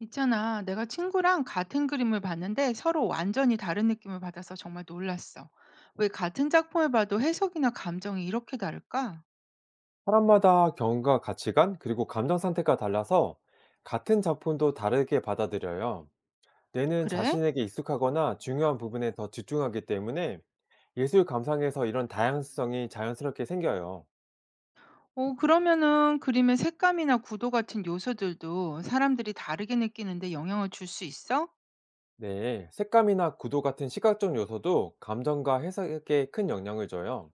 있잖아, 내가 친구랑 같은 그림을 봤는데 서로 완전히 다른 느낌을 받아서 정말 놀랐어. 왜 같은 작품을 봐도 해석이나 감정이 이렇게 다를까? 사람마다 경과 가치관 그리고 감정 상태가 달라서 같은 작품도 다르게 받아들여요. 뇌는 그래? 자신에게 익숙하거나 중요한 부분에 더 집중하기 때문에 예술 감상에서 이런 다양성이 자연스럽게 생겨요. 그러면은 그림의 색감이나 구도 같은 요소들도 사람들이 다르게 느끼는데 영향을 줄 수 있어? 네, 색감이나 구도 같은 시각적 요소도 감정과 해석에 큰 영향을 줘요.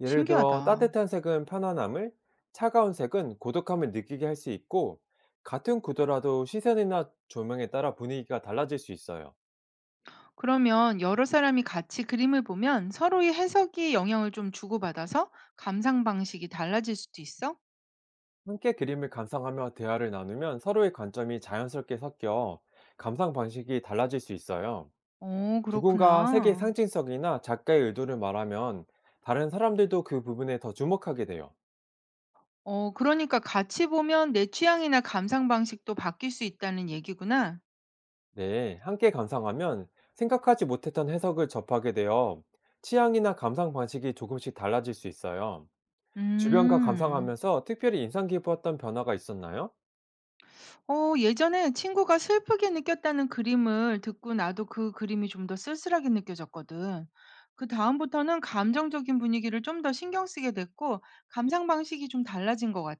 예를 들어 신기하다. 따뜻한 색은 편안함을, 차가운 색은 고독함을 느끼게 할 수 있고, 같은 구도라도 시선이나 조명에 따라 분위기가 달라질 수 있어요. 그러면 여러 사람이 같이 그림을 보면 서로의 해석이 영향을 좀 주고받아서 감상 방식이 달라질 수도 있어? 함께 그림을 감상하며 대화를 나누면 서로의 관점이 자연스럽게 섞여 감상 방식이 달라질 수 있어요. 어, 누군가 색의 그렇구나. 상징성이나 작가의 의도를 말하면 다른 사람들도 그 부분에 더 주목하게 돼요. 어 그러니까 같이 보면 내 취향이나 감상 방식도 바뀔 수 있다는 얘기구나. 네, 함께 감상하면 생각하지 못했던 해석을 접하게 되어 취향이나 감상 방식이 조금씩 달라질 수 있어요. 주변과 음. 감상하면서 특별히 인상 깊었던 변화가 있었나요? 어 예전에 친구가 슬프게 느꼈다는 그림을 듣고 나도 그 그림이 좀 더 쓸쓸하게 느껴졌거든. 그다음부터는 감정적인 분위기를 좀 더 신경 쓰게 됐고 감상 방식이 좀 달라진 것 같아.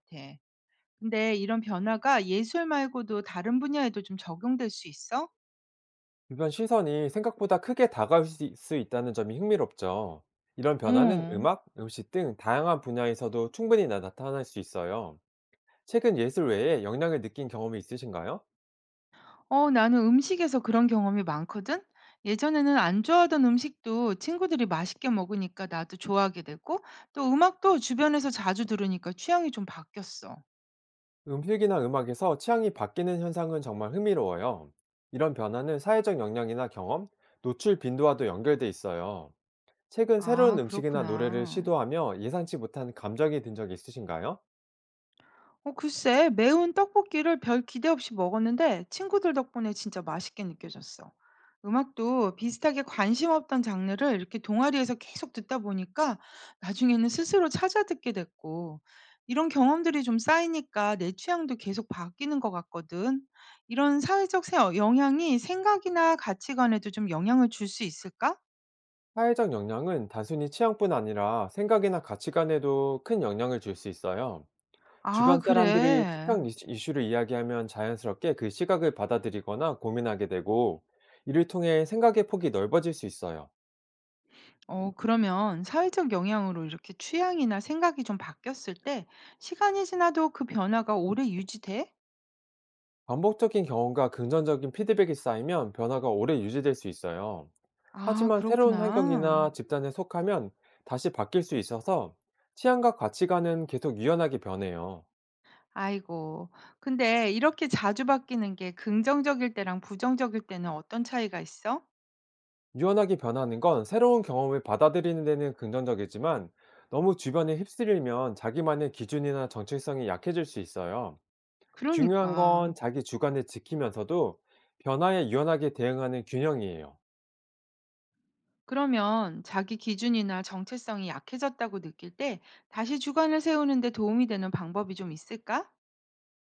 근데 이런 변화가 예술 말고도 다른 분야에도 좀 적용될 수 있어? 주변 시선이 생각보다 크게 다가올 수 있다는 점이 흥미롭죠. 이런 변화는 어. 음악, 음식 등 다양한 분야에서도 충분히 나타날 수 있어요. 최근 예술 외에 영향을 느낀 경험이 있으신가요? 어, 나는 음식에서 그런 경험이 많거든? 예전에는 안 좋아하던 음식도 친구들이 맛있게 먹으니까 나도 좋아하게 되고, 또 음악도 주변에서 자주 들으니까 취향이 좀 바뀌었어. 음식이나 음악에서 취향이 바뀌는 현상은 정말 흥미로워요. 이런 변화는 사회적 영향이나 경험, 노출 빈도와도 연결돼 있어요. 최근 새로운 아, 음식이나 노래를 그렇구나. 시도하며 예상치 못한 감정이 든 적이 있으신가요? 어 글쎄 매운 떡볶이를 별 기대 없이 먹었는데 친구들 덕분에 진짜 맛있게 느껴졌어. 음악도 비슷하게 관심 없던 장르를 이렇게 동아리에서 계속 듣다 보니까 나중에는 스스로 찾아 듣게 됐고 이런 경험들이 좀 쌓이니까 내 취향도 계속 바뀌는 것 같거든. 이런 사회적 세 영향이 생각이나 가치관에도 좀 영향을 줄 수 있을까? 사회적 영향은 단순히 취향뿐 아니라 생각이나 가치관에도 큰 영향을 줄 수 있어요. 아 주변 사람들이 그래. 특정 이슈를 이야기하면 자연스럽게 그 시각을 받아들이거나 고민하게 되고, 이를 통해 생각의 폭이 넓어질 수 있어요. 그러면 사회적 영향으로 이렇게 취향이나 생각이 좀 바뀌었을 때 시간이 지나도 그 변화가 오래 유지돼? 반복적인 경험과 긍정적인 피드백이 쌓이면 변화가 오래 유지될 수 있어요. 아, 하지만 새로운 그렇구나. 환경이나 집단에 속하면 다시 바뀔 수 있어서 취향과 가치관은 계속 유연하게 변해요. 아이고. 근데 이렇게 자주 바뀌는 게 긍정적일 때랑 부정적일 때는 어떤 차이가 있어? 유연하게 변하는 건 새로운 경험을 받아들이는 데는 긍정적이지만, 너무 주변에 휩쓸리면 자기만의 기준이나 정체성이 약해질 수 있어요. 중요한 그러니까. 건 자기 주관을 지키면서도 변화에 유연하게 대응하는 균형이에요. 그러면 자기 기준이나 정체성이 약해졌다고 느낄 때 다시 주관을 세우는데 도움이 되는 방법이 좀 있을까?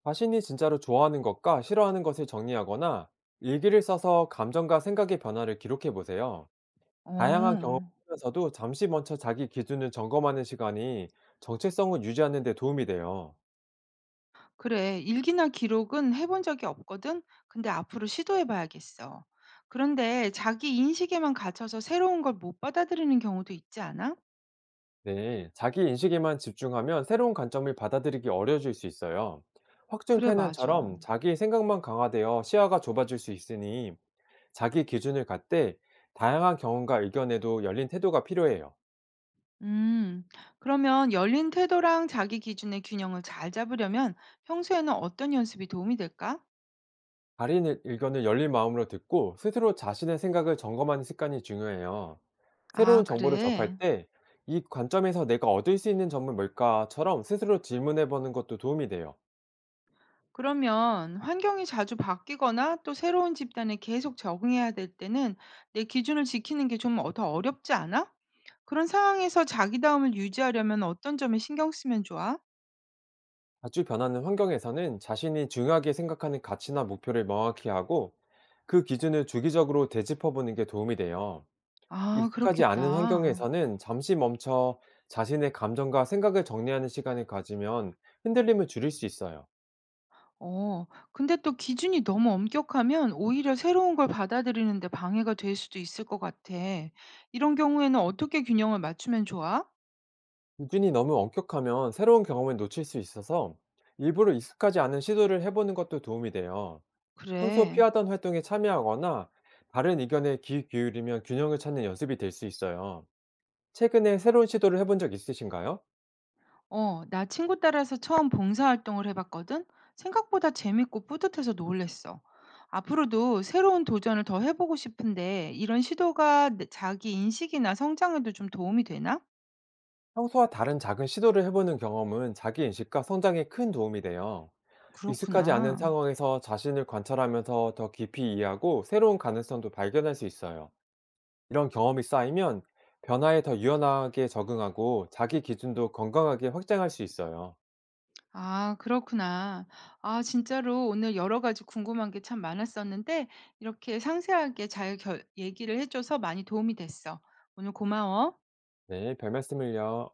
자신이 진짜로 좋아하는 것과 싫어하는 것을 정리하거나, 일기를 써서 감정과 생각의 변화를 기록해 보세요. 다양한 경험을 어. 하면서도 잠시 먼저 자기 기준을 점검하는 시간이 정체성을 유지하는 데 도움이 돼요. 그래, 일기나 기록은 해본 적이 없거든? 근데 앞으로 시도해봐야겠어. 그런데 자기 인식에만 갇혀서 새로운 걸 못 받아들이는 경우도 있지 않아? 네, 자기 인식에만 집중하면 새로운 관점을 받아들이기 어려워질 수 있어요. 확증 그래, 맞아. 편향처럼 자기 생각만 강화되어 시야가 좁아질 수 있으니, 자기 기준을 갖되 다양한 경험과 의견에도 열린 태도가 필요해요. 음, 그러면 열린 태도랑 자기 기준의 균형을 잘 잡으려면 평소에는 어떤 연습이 도움이 될까? 다른 의견을 열린 마음으로 듣고 스스로 자신의 생각을 점검하는 습관이 중요해요. 아, 새로운 정보를 그래. 접할 때, "이 관점에서 내가 얻을 수 있는 점은 뭘까?"처럼 스스로 질문해보는 것도 도움이 돼요. 그러면 환경이 자주 바뀌거나 또 새로운 집단에 계속 적응해야 될 때는 내 기준을 지키는 게좀 더 어렵지 않아? 그런 상황에서 자기다움을 유지하려면 어떤 점에 신경 쓰면 좋아? 자주 변하는 환경에서는 자신이 중요하게 생각하는 가치나 목표를 명확히 하고, 그 기준을 주기적으로 되짚어보는 게 도움이 돼요. 아, 익숙하지 않은 그렇겠다. 환경에서는 잠시 멈춰 자신의 감정과 생각을 정리하는 시간을 가지면 흔들림을 줄일 수 있어요. 어, 근데 또 기준이 너무 엄격하면 오히려 새로운 걸 받아들이는데 방해가 될 수도 있을 것 같아. 이런 경우에는 어떻게 균형을 맞추면 좋아? 기준이 너무 엄격하면 새로운 경험을 놓칠 수 있어서, 일부러 익숙하지 않은 시도를 해보는 것도 도움이 돼요. 평소 그래. 피하던 활동에 참여하거나 다른 의견에 귀 기울이면 균형을 찾는 연습이 될 수 있어요. 최근에 새로운 시도를 해본 적 있으신가요? 어, 나 친구 따라서 처음 봉사활동을 해봤거든? 생각보다 재밌고 뿌듯해서 놀랬어. 앞으로도 새로운 도전을 더 해보고 싶은데, 이런 시도가 내- 자기 인식이나 성장에도 좀 도움이 되나? 평소와 다른 작은 시도를 해보는 경험은 자기 인식과 성장에 큰 도움이 돼요. 익숙하지 않은 그렇구나. 상황에서 자신을 관찰하면서 더 깊이 이해하고 새로운 가능성도 발견할 수 있어요. 이런 경험이 쌓이면 변화에 더 유연하게 적응하고 자기 기준도 건강하게 확장할 수 있어요. 아 그렇구나. 아 진짜로 오늘 여러 가지 궁금한 게 참 많았었는데 이렇게 상세하게 잘 결 얘기를 해 줘서 많이 도움이 됐어. 오늘 고마워. 네, 별 말씀을요.